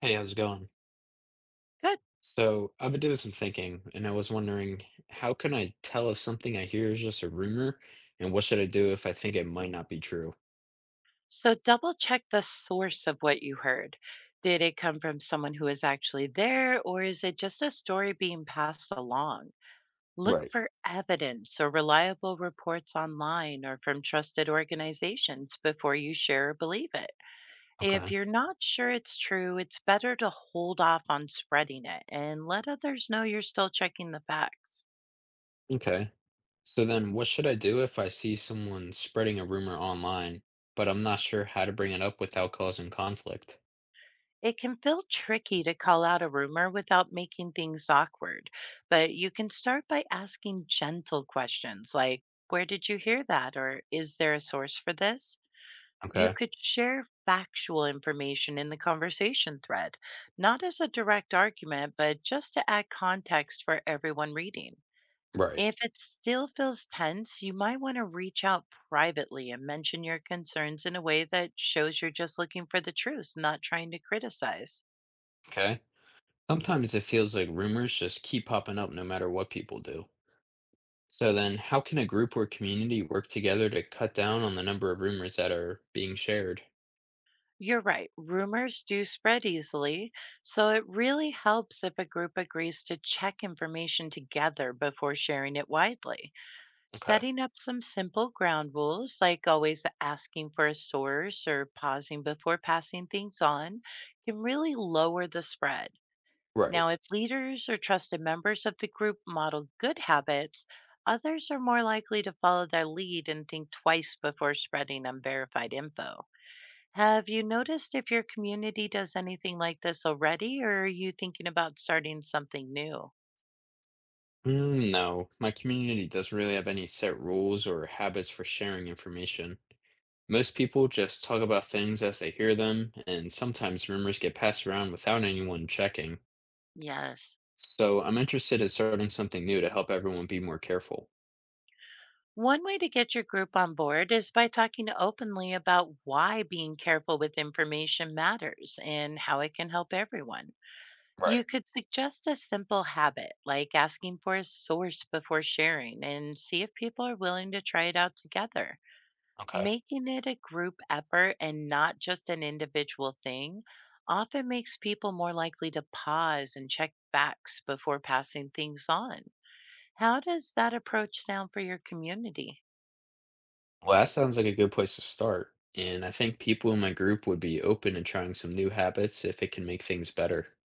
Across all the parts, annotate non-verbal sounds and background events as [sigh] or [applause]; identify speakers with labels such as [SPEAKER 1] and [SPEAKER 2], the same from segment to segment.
[SPEAKER 1] Hey, how's it going?
[SPEAKER 2] Good.
[SPEAKER 1] So, I've been doing some thinking, and I was wondering, how can I tell if something I hear is just a rumor, and what should I do if I think it might not be true?
[SPEAKER 2] So double check the source of what you heard. Did it come from someone who is actually there, or is it just a story being passed along? Look
[SPEAKER 1] Right.
[SPEAKER 2] for evidence or reliable reports online or from trusted organizations before you share or believe it. If
[SPEAKER 1] Okay.
[SPEAKER 2] you're not sure it's true, it's better to hold off on spreading it and let others know you're still checking the facts.
[SPEAKER 1] Okay. So then, what should I do if I see someone spreading a rumor online, but I'm not sure how to bring it up without causing conflict?
[SPEAKER 2] It can feel tricky to call out a rumor without making things awkward, but you can start by asking gentle questions like, where did you hear that? Or is there a source for this? You
[SPEAKER 1] Okay.
[SPEAKER 2] could share factual information in the conversation thread, not as a direct argument, but just to add context for everyone reading.
[SPEAKER 1] Right.
[SPEAKER 2] If it still feels tense, you might want to reach out privately and mention your concerns in a way that shows you're just looking for the truth, not trying to criticize.
[SPEAKER 1] Okay. Sometimes it feels like rumors just keep popping up no matter what people do. So then, how can a group or community work together to cut down on the number of rumors that are being shared?
[SPEAKER 2] You're right. Rumors do spread easily, so it really helps if a group agrees to check information together before sharing it widely.
[SPEAKER 1] Okay.
[SPEAKER 2] Setting up some simple ground rules, like always asking for a source or pausing before passing things on, can really lower the spread.
[SPEAKER 1] Right.
[SPEAKER 2] Now, if leaders or trusted members of the group model good habits, others are more likely to follow their lead and think twice before spreading unverified info. Have you noticed if your community does anything like this already, or are you thinking about starting something new?
[SPEAKER 1] Mm, no, my community doesn't really have any set rules or habits for sharing information. Most people just talk about things as they hear them, and sometimes rumors get passed around without anyone checking.
[SPEAKER 2] Yes.
[SPEAKER 1] So I'm interested in starting something new to help everyone be more careful.
[SPEAKER 2] One way to get your group on board is by talking openly about why being careful with information matters and how it can help everyone. You
[SPEAKER 1] Right.
[SPEAKER 2] could suggest a simple habit like asking for a source before sharing and see if people are willing to try it out together.
[SPEAKER 1] Okay.
[SPEAKER 2] Making it a group effort and not just an individual thing often makes people more likely to pause and check facts before passing things on. How does that approach sound for your community?
[SPEAKER 1] Well, that sounds like a good place to start, and I think people in my group would be open to trying some new habits if it can make things better.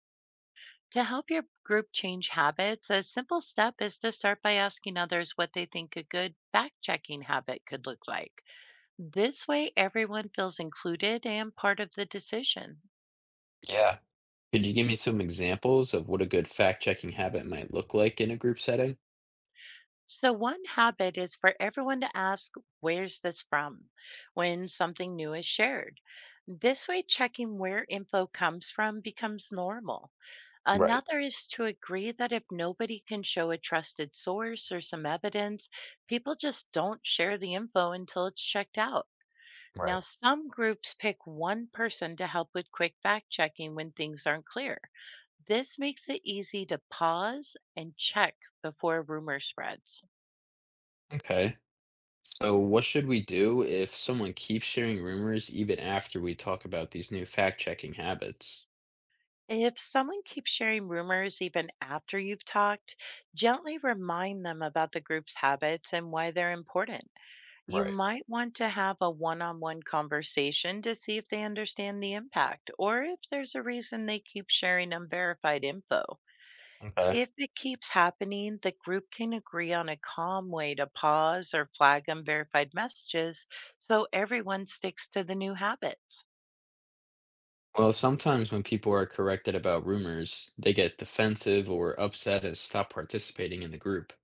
[SPEAKER 2] To help your group change habits, a simple step is to start by asking others what they think a good fact checking habit could look like. This way, everyone feels included and part of the decision.
[SPEAKER 1] Yeah. Could you give me some examples of what a good fact-checking habit might look like in a group setting?
[SPEAKER 2] So, one habit is for everyone to ask, where's this from? When something new is shared. This way, checking where info comes from becomes normal.
[SPEAKER 1] Right,
[SPEAKER 2] Another is to agree that if nobody can show a trusted source or some evidence, people just don't share the info until it's checked out. Now,
[SPEAKER 1] right.
[SPEAKER 2] some groups pick one person to help with quick fact checking when things aren't clear. This makes it easy to pause and check before a rumor spreads.
[SPEAKER 1] Okay. So what should we do if someone keeps sharing rumors even after we talk about these new fact-checking habits?
[SPEAKER 2] And if someone keeps sharing rumors even after you've talked, gently remind them about the group's habits and why they're important. You
[SPEAKER 1] Right.
[SPEAKER 2] might want to have a one on one conversation to see if they understand the impact or if there's a reason they keep sharing unverified info.
[SPEAKER 1] Okay. Okay.
[SPEAKER 2] If it keeps happening, the group can agree on a calm way to pause or flag unverified messages so everyone sticks to the new habits.
[SPEAKER 1] Well, sometimes when people are corrected about rumors, they get defensive or upset and stop participating in the group.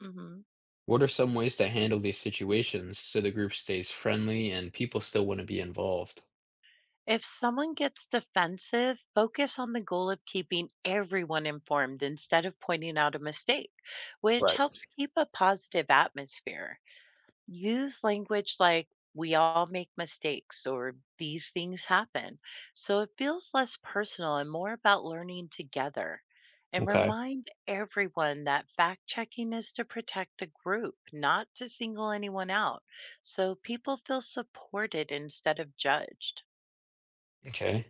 [SPEAKER 2] Mhm.
[SPEAKER 1] What are some ways to handle these situations so the group stays friendly and people still want to be involved?
[SPEAKER 2] If someone gets defensive, focus on the goal of keeping everyone informed instead of pointing out a mistake, which
[SPEAKER 1] Right.
[SPEAKER 2] helps keep a positive atmosphere. Use language like, we all make mistakes or these things happen. So it feels less personal and more about learning together. And
[SPEAKER 1] Okay.
[SPEAKER 2] remind everyone that fact checking is to protect the group, not to single anyone out. So people feel supported instead of judged.
[SPEAKER 1] Okay.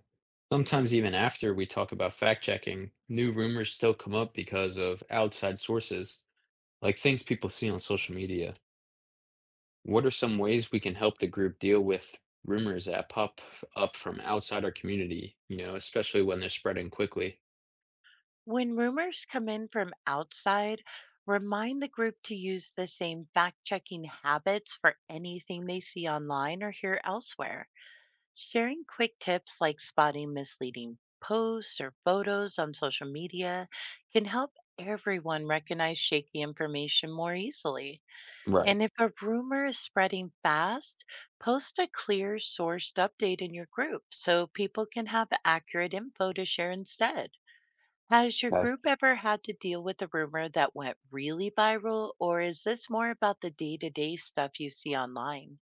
[SPEAKER 1] Sometimes even after we talk about fact checking, new rumors still come up because of outside sources, like things people see on social media. What are some ways we can help the group deal with rumors that pop up from outside our community, especially when they're spreading quickly?
[SPEAKER 2] When rumors come in from outside, remind the group to use the same fact checking habits for anything they see online or hear elsewhere. Sharing quick tips like spotting misleading posts or photos on social media can help everyone recognize shaky information more easily.
[SPEAKER 1] Right.
[SPEAKER 2] And if a rumor is spreading fast, post a clear sourced update in your group so people can have accurate info to share instead. Has your
[SPEAKER 1] Okay.
[SPEAKER 2] group ever had to deal with a rumor that went really viral, or is this more about the day to day stuff you see online?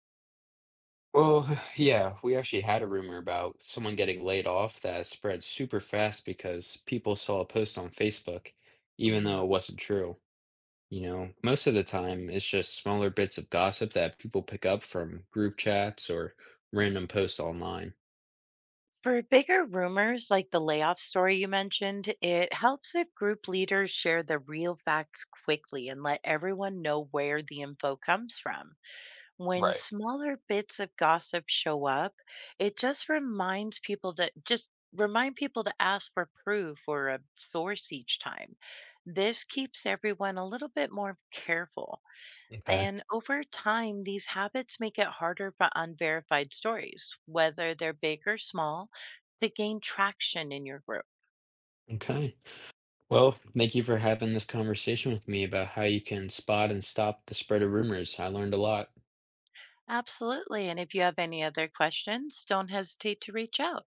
[SPEAKER 1] Well, [sighs] yeah, we actually had a rumor about someone getting laid off that spread super fast because people saw a post on Facebook, even
[SPEAKER 2] Hmm.
[SPEAKER 1] though it wasn't true. Most of the time it's just smaller bits of gossip that people pick up from group chats or random posts online.
[SPEAKER 2] For bigger rumors like the layoff story you mentioned, it helps if group leaders share the real facts quickly and let everyone know where the info comes from. When
[SPEAKER 1] Right.
[SPEAKER 2] smaller bits of gossip show up, it just reminds people that just remind people to ask for proof or a source each time. This keeps everyone a little bit more careful.
[SPEAKER 1] Okay. Okay.
[SPEAKER 2] And over time, these habits make it harder for unverified stories, whether they're big or small, to gain traction in your group.
[SPEAKER 1] Okay. Well, thank you for having this conversation with me about how you can spot and stop the spread of rumors. I learned a lot.
[SPEAKER 2] Absolutely. And if you have any other questions, don't hesitate to reach out.